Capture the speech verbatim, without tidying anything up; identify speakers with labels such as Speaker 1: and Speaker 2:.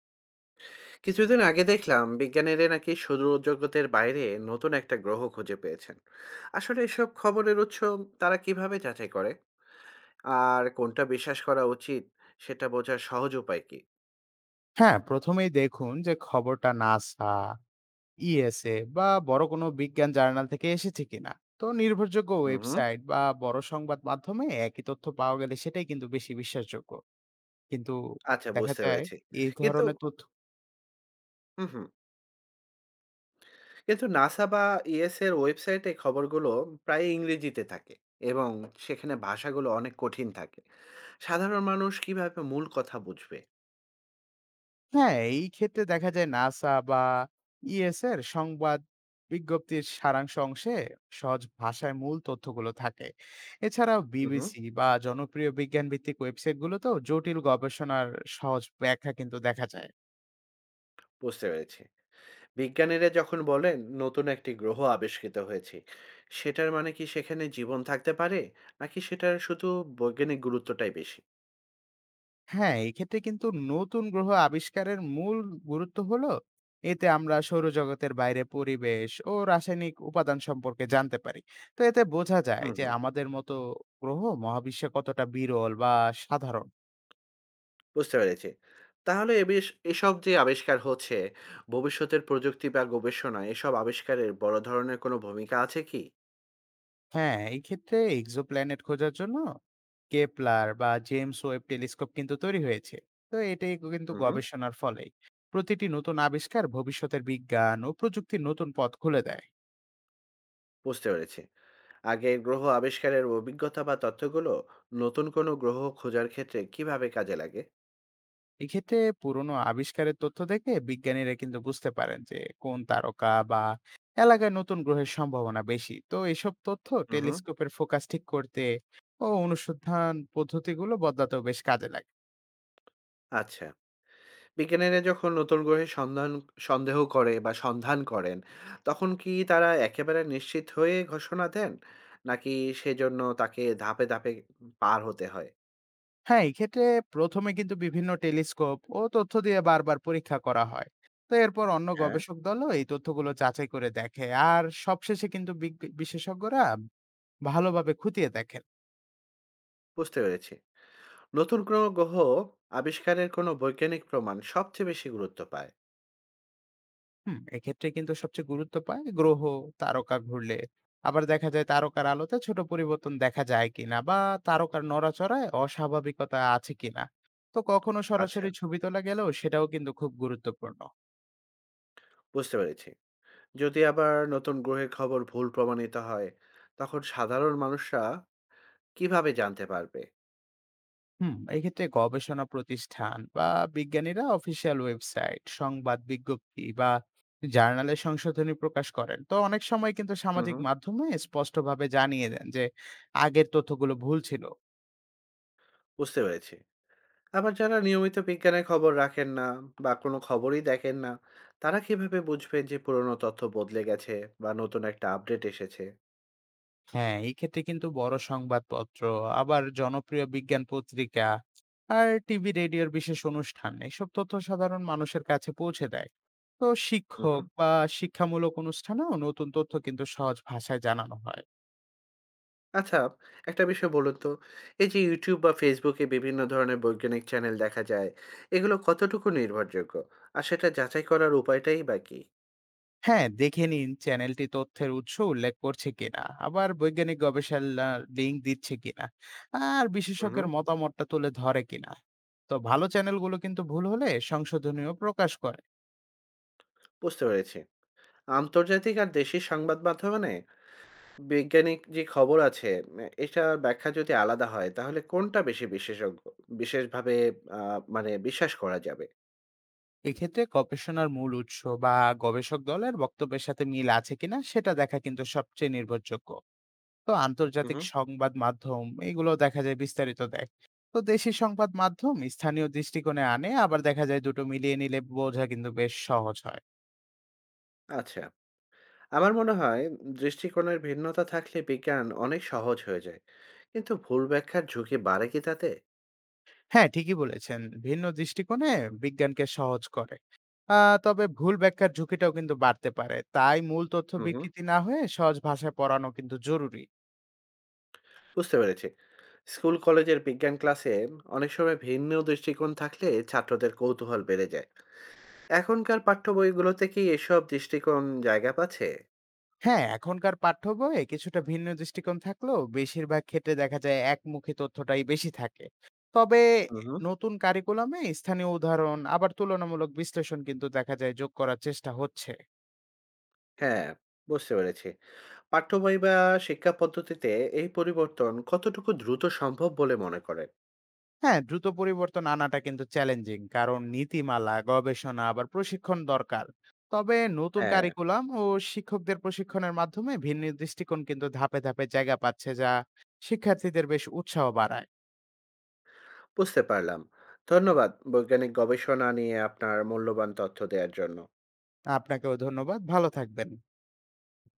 Speaker 1: কিছুদিন আগে দেখলাম বিজ্ঞানীরা নাকি সৌরজগতের বাইরে নতুন একটা গ্রহ খুঁজে পেয়েছেন। আসলে এসব খবরের উৎস তারা কিভাবে যাচাই করে আর কোনটা বিশ্বাস করা উচিত সেটা বোঝার সহজ উপায় কি?
Speaker 2: হ্যাঁ, প্রথমেই দেখুন যে খবরটা নাসা, ইএসএ বা বড় কোনো বিজ্ঞান জার্নাল থেকে এসেছে কিনা। তো নির্ভরযোগ্য
Speaker 1: হুম।
Speaker 2: ওয়েবসাইট বা বড় সংবাদ মাধ্যমে একই তথ্য পাওয়া গেলে সেটাই কিন্তু বেশি বিশ্বাসযোগ্য। কিন্তু
Speaker 1: আচ্ছা,
Speaker 2: দেখা
Speaker 1: বুঝতে
Speaker 2: যায়
Speaker 1: পেরেছি।
Speaker 2: এই
Speaker 1: কিন্তু
Speaker 2: ধরনের তথ্য।
Speaker 1: হুম হুম। কিন্তু নাসা বা ইএস এর ওয়েবসাইটে খবরগুলো প্রায় ইংরেজিতে থাকে, এবং সেখানে ভাষাগুলো অনেক কঠিন থাকে। সাধারণ মানুষ কিভাবে মূল কথা বুঝবে?
Speaker 2: হ্যাঁ, এই ক্ষেত্রে দেখা যায় নাসা বা ইএসএর সংবাদ বিজ্ঞপ্তির সারাংশ অংশে সহজ ভাষায় মূল তথ্যগুলো থাকে। এছাড়াও
Speaker 1: হুম,
Speaker 2: বিবিসি বা জনপ্রিয় বিজ্ঞান ভিত্তিক ওয়েবসাইটগুলোতেও জটিল গবেষণার সহজ ব্যাখ্যা কিন্তু দেখা যায়।
Speaker 1: বুঝতে পেরেছি। বিজ্ঞানীরা যখন বলেন নতুন একটি গ্রহ আবিষ্কৃত হয়েছে, সেটার মানে কি সেখানে জীবন থাকতে পারে, নাকি সেটার শুধু বৈজ্ঞানিক গুরুত্বটাই বেশি?
Speaker 2: হ্যাঁ এই ক্ষেত্রে কিন্তু নতুন গ্রহ আবিষ্কারের মূল গুরুত্ব হলো এতে আমরা সৌরজগতের বাইরে পরিবেশ ও রাসায়নিক উপাদান সম্পর্কে জানতে পারি। তো এতে বোঝা যায়
Speaker 1: হুম
Speaker 2: যে
Speaker 1: হুম।
Speaker 2: আমাদের মতো গ্রহ মহাবিশ্বে কতটা বিরল বা সাধারণ।
Speaker 1: বুঝতে পেরেছি। তাহলে এ বেশ এসব যে আবিষ্কার হচ্ছে, ভবিষ্যতের প্রযুক্তি বা গবেষণা, এসব আবিষ্কারের বড় ধরনের কোনো ভূমিকা আছে কি?
Speaker 2: হ্যাঁ, এই ক্ষেত্রে এক্সোপ্ল্যানেট খোঁজার জন্য কেপলার বা জেমস ওয়েব টেলিস্কোপ কিন্তু তৈরি হয়েছে। তো এটাই কিন্তু
Speaker 1: হুম হুম।
Speaker 2: গবেষণার ফলেই। প্রতিটি নতুন আবিষ্কার ভবিষ্যতের বিজ্ঞান ও প্রযুক্তির নতুন পথ খুলে দেয়।
Speaker 1: বুঝতে পেরেছি। আগের গ্রহ আবিষ্কারের অভিজ্ঞতা বা তথ্যগুলো নতুন কোনো গ্রহ খোঁজার ক্ষেত্রে কিভাবে কাজে লাগে?
Speaker 2: এক্ষেত্রে পুরনো আবিষ্কারের তথ্য দেখে বিজ্ঞানীরা কিন্তু বুঝতে পারেন যে কোন তারকা বা এলাকায় নতুন গ্রহের সম্ভাবনা বেশি। তো এসব তথ্য
Speaker 1: হুম হুম।
Speaker 2: টেলিস্কোপের ফোকাস ঠিক করতে ও অনুসন্ধান পদ্ধতিগুলো বদলাতেও বেশ কাজে লাগে।
Speaker 1: আচ্ছা, বিজ্ঞানীরা যখন নতুন গ্রহের সন্ধান সন্দেহ করে বা সন্ধান করেন, তখন কি তারা একেবারে নিশ্চিত হয়ে ঘোষণা দেন? নাকি সেজন্য তাকে ধাপে, ধাপে পার হতে হয়?
Speaker 2: হ্যাঁ এক্ষেত্রে প্রথমে কিন্তু বিভিন্ন টেলিস্কোপ ও তথ্য দিয়ে বারবার পরীক্ষা করা হয়। তো এরপর অন্য
Speaker 1: হ্যাঁ।
Speaker 2: গবেষক দলও এই তথ্যগুলো যাচাই করে দেখে। আর সবশেষে কিন্তু বিগ- বিশেষজ্ঞরা ভালোভাবে খুঁটিয়ে দেখেন।
Speaker 1: বুঝতে পেরেছি। নতুন কোনো গ্রহ আবিষ্কারের কোনো বৈজ্ঞানিক প্রমাণ সবচেয়ে বেশি গুরুত্ব পায়।
Speaker 2: হুম, এক্ষেত্রে কিন্তু সবচেয়ে গুরুত্ব পায় গ্রহ তারকা ঘুরলে, আবার দেখা যায় তারকার আলোতে ছোট পরিবর্তন দেখা যায় কিনা বা তারকার নড়াচড়ায় অস্বাভাবিকতা আছে কিনা। তো কখনো
Speaker 1: আচ্ছা।
Speaker 2: সরাসরি ছবি তোলা গেলেও সেটাও কিন্তু খুব গুরুত্বপূর্ণ।
Speaker 1: বুঝতে পেরেছি। যদি আবার নতুন গ্রহের খবর ভুল প্রমাণিত হয়, তখন সাধারণ মানুষরা কিভাবে জানতে পারবে?
Speaker 2: হুম, এক্ষেত্রে গবেষণা প্রতিষ্ঠান বা বিজ্ঞানীরা অফিসিয়াল ওয়েবসাইট, সংবাদ বিজ্ঞপ্তি বা জার্নালে সংশোধনী প্রকাশ করেন। তো অনেক সময় কিন্তু
Speaker 1: হু,
Speaker 2: সামাজিক
Speaker 1: হু।
Speaker 2: মাধ্যমে স্পষ্টভাবে জানিয়ে দেন যে আগের তথ্যগুলো ভুল ছিল।
Speaker 1: বুঝতে পেরেছি। আবার যারা নিয়মিত বিজ্ঞানের খবর রাখেন না বা কোনো খবরই দেখেন না, তারা কিভাবে বুঝবেন যে পুরনো তথ্য বদলে গেছে বা নতুন একটা আপডেট এসেছে?
Speaker 2: হ্যাঁ এই ক্ষেত্রে কিন্তু বড় সংবাদপত্র, আবার জনপ্রিয় বিজ্ঞান পত্রিকা, আর টিভি রেডিওর বিশেষ অনুষ্ঠান এসব তথ্য সাধারণ মানুষের কাছে পৌঁছে দেয়। তো
Speaker 1: হুম।
Speaker 2: শিক্ষক বা শিক্ষামূলক অনুষ্ঠানেও নতুন তথ্য কিন্তু সহজ ভাষায় জানানো হয়।
Speaker 1: আচ্ছা, একটা বিষয় বলুন তো, এই যে ইউটিউব বা ফেসবুকে বিভিন্ন ধরনের বৈজ্ঞানিক চ্যানেল দেখা যায়, এগুলো কতটুকু নির্ভরযোগ্য আর সেটা যাচাই করার উপায়টাই বা কি?
Speaker 2: হ্যাঁ, দেখে নিন চ্যানেলটি তথ্যের উৎস উল্লেখ করছে কিনা, আবার বৈজ্ঞানিক গবেষণার লিঙ্ক দিচ্ছে কিনা, আর
Speaker 1: হুম।
Speaker 2: বিশেষজ্ঞের মতামতটা তুলে ধরে কিনা। তো ভালো চ্যানেলগুলো কিন্তু ভুল হলে সংশোধনীয় প্রকাশ করে।
Speaker 1: বুঝতে পেরেছি। আন্তর্জাতিক আর দেশি সংবাদ মাধ্যমে বৈজ্ঞানিক যে খবর আছে, উম, এটার ব্যাখ্যা যদি আলাদা হয় তাহলে কোনটা বেশি বিশেষজ্ঞ, বিশেষভাবে আহ, মানে বিশ্বাস করা যাবে?
Speaker 2: এক্ষেত্রে গবেষণার মূল উৎস বা গবেষক দলের বক্তব্যের সাথে মিল আছে কিনা সেটা দেখা কিন্তু সবচেয়ে নির্ভরযোগ্য। তো
Speaker 1: হুম।
Speaker 2: আন্তর্জাতিক সংবাদ মাধ্যম এগুলো দেখা যায় বিস্তারিত দেয়। তো দেশি সংবাদ মাধ্যম স্থানীয় দৃষ্টিকোণে আনে, আবার দেখা যায় দুটো মিলিয়ে নিলে বোঝা কিন্তু বেশ সহজ হয়।
Speaker 1: আচ্ছা, আমার মনে হয় দৃষ্টিকোণের ভিন্নতা থাকলে বিজ্ঞান অনেক সহজ হয়ে যায়, কিন্তু ভুল ব্যাখ্যার ঝুঁকি বাড়ে কি তাতে?
Speaker 2: হ্যাঁ, ঠিকই বলেছেন। ভিন্ন দৃষ্টিকোণে বিজ্ঞানকে সহজ করে। আ তবে ভুল ব্যাখ্যার ঝুঁকিটাও কিন্তু বাড়তে পারে। তাই মূল তথ্য
Speaker 1: হুম।
Speaker 2: বিকৃতি না হয়ে সহজ ভাষায় পড়ানো কিন্তু জরুরি।
Speaker 1: বুঝতে পেরেছি। স্কুল কলেজের বিজ্ঞান ক্লাসে অনেক সময় ভিন্ন দৃষ্টিকোণ থাকলে ছাত্রদের কৌতূহল বেড়ে যায়। এখনকার পাঠ্য বইগুলোতে কি এসব দৃষ্টিকোণ জায়গা পাচ্ছে?
Speaker 2: হ্যাঁ, এখনকার পাঠ্য বইয়ে কিছুটা ভিন্ন দৃষ্টিকোণ থাকলেও বেশিরভাগ ক্ষেত্রে দেখা যায় একমুখী তথ্যটাই বেশি থাকে। তবে
Speaker 1: হুম।
Speaker 2: নতুন কারিকুলামে স্থানীয় উদাহরণ, আবার তুলনামূলক বিশ্লেষণ কিন্তু দেখা যায় যোগ করার চেষ্টা হচ্ছে।
Speaker 1: হ্যাঁ, বুঝতে পেরেছি। পাঠ্য বই বা শিক্ষা পদ্ধতিতে এই পরিবর্তন কতটুকু দ্রুত সম্ভব বলে মনে করেন?
Speaker 2: হ্যাঁ, দ্রুত পরিবর্তন আনাটা কিন্তু চ্যালেঞ্জিং, কারণ নীতিমালা, গবেষণা, আবার প্রশিক্ষণ দরকার। তবে নতুন
Speaker 1: হ্যাঁ,
Speaker 2: কারিকুলাম ও শিক্ষকদের প্রশিক্ষণের মাধ্যমে ভিন্ন দৃষ্টিকোণ কিন্তু ধাপে ধাপে জায়গা পাচ্ছে, যা শিক্ষার্থীদের বেশ উৎসাহ বাড়ায়।
Speaker 1: বুঝতে পারলাম। ধন্যবাদ বৈজ্ঞানিক গবেষণা নিয়ে আপনার মূল্যবান তথ্য দেওয়ার জন্য।
Speaker 2: আপনাকেও ধন্যবাদ, ভালো থাকবেন।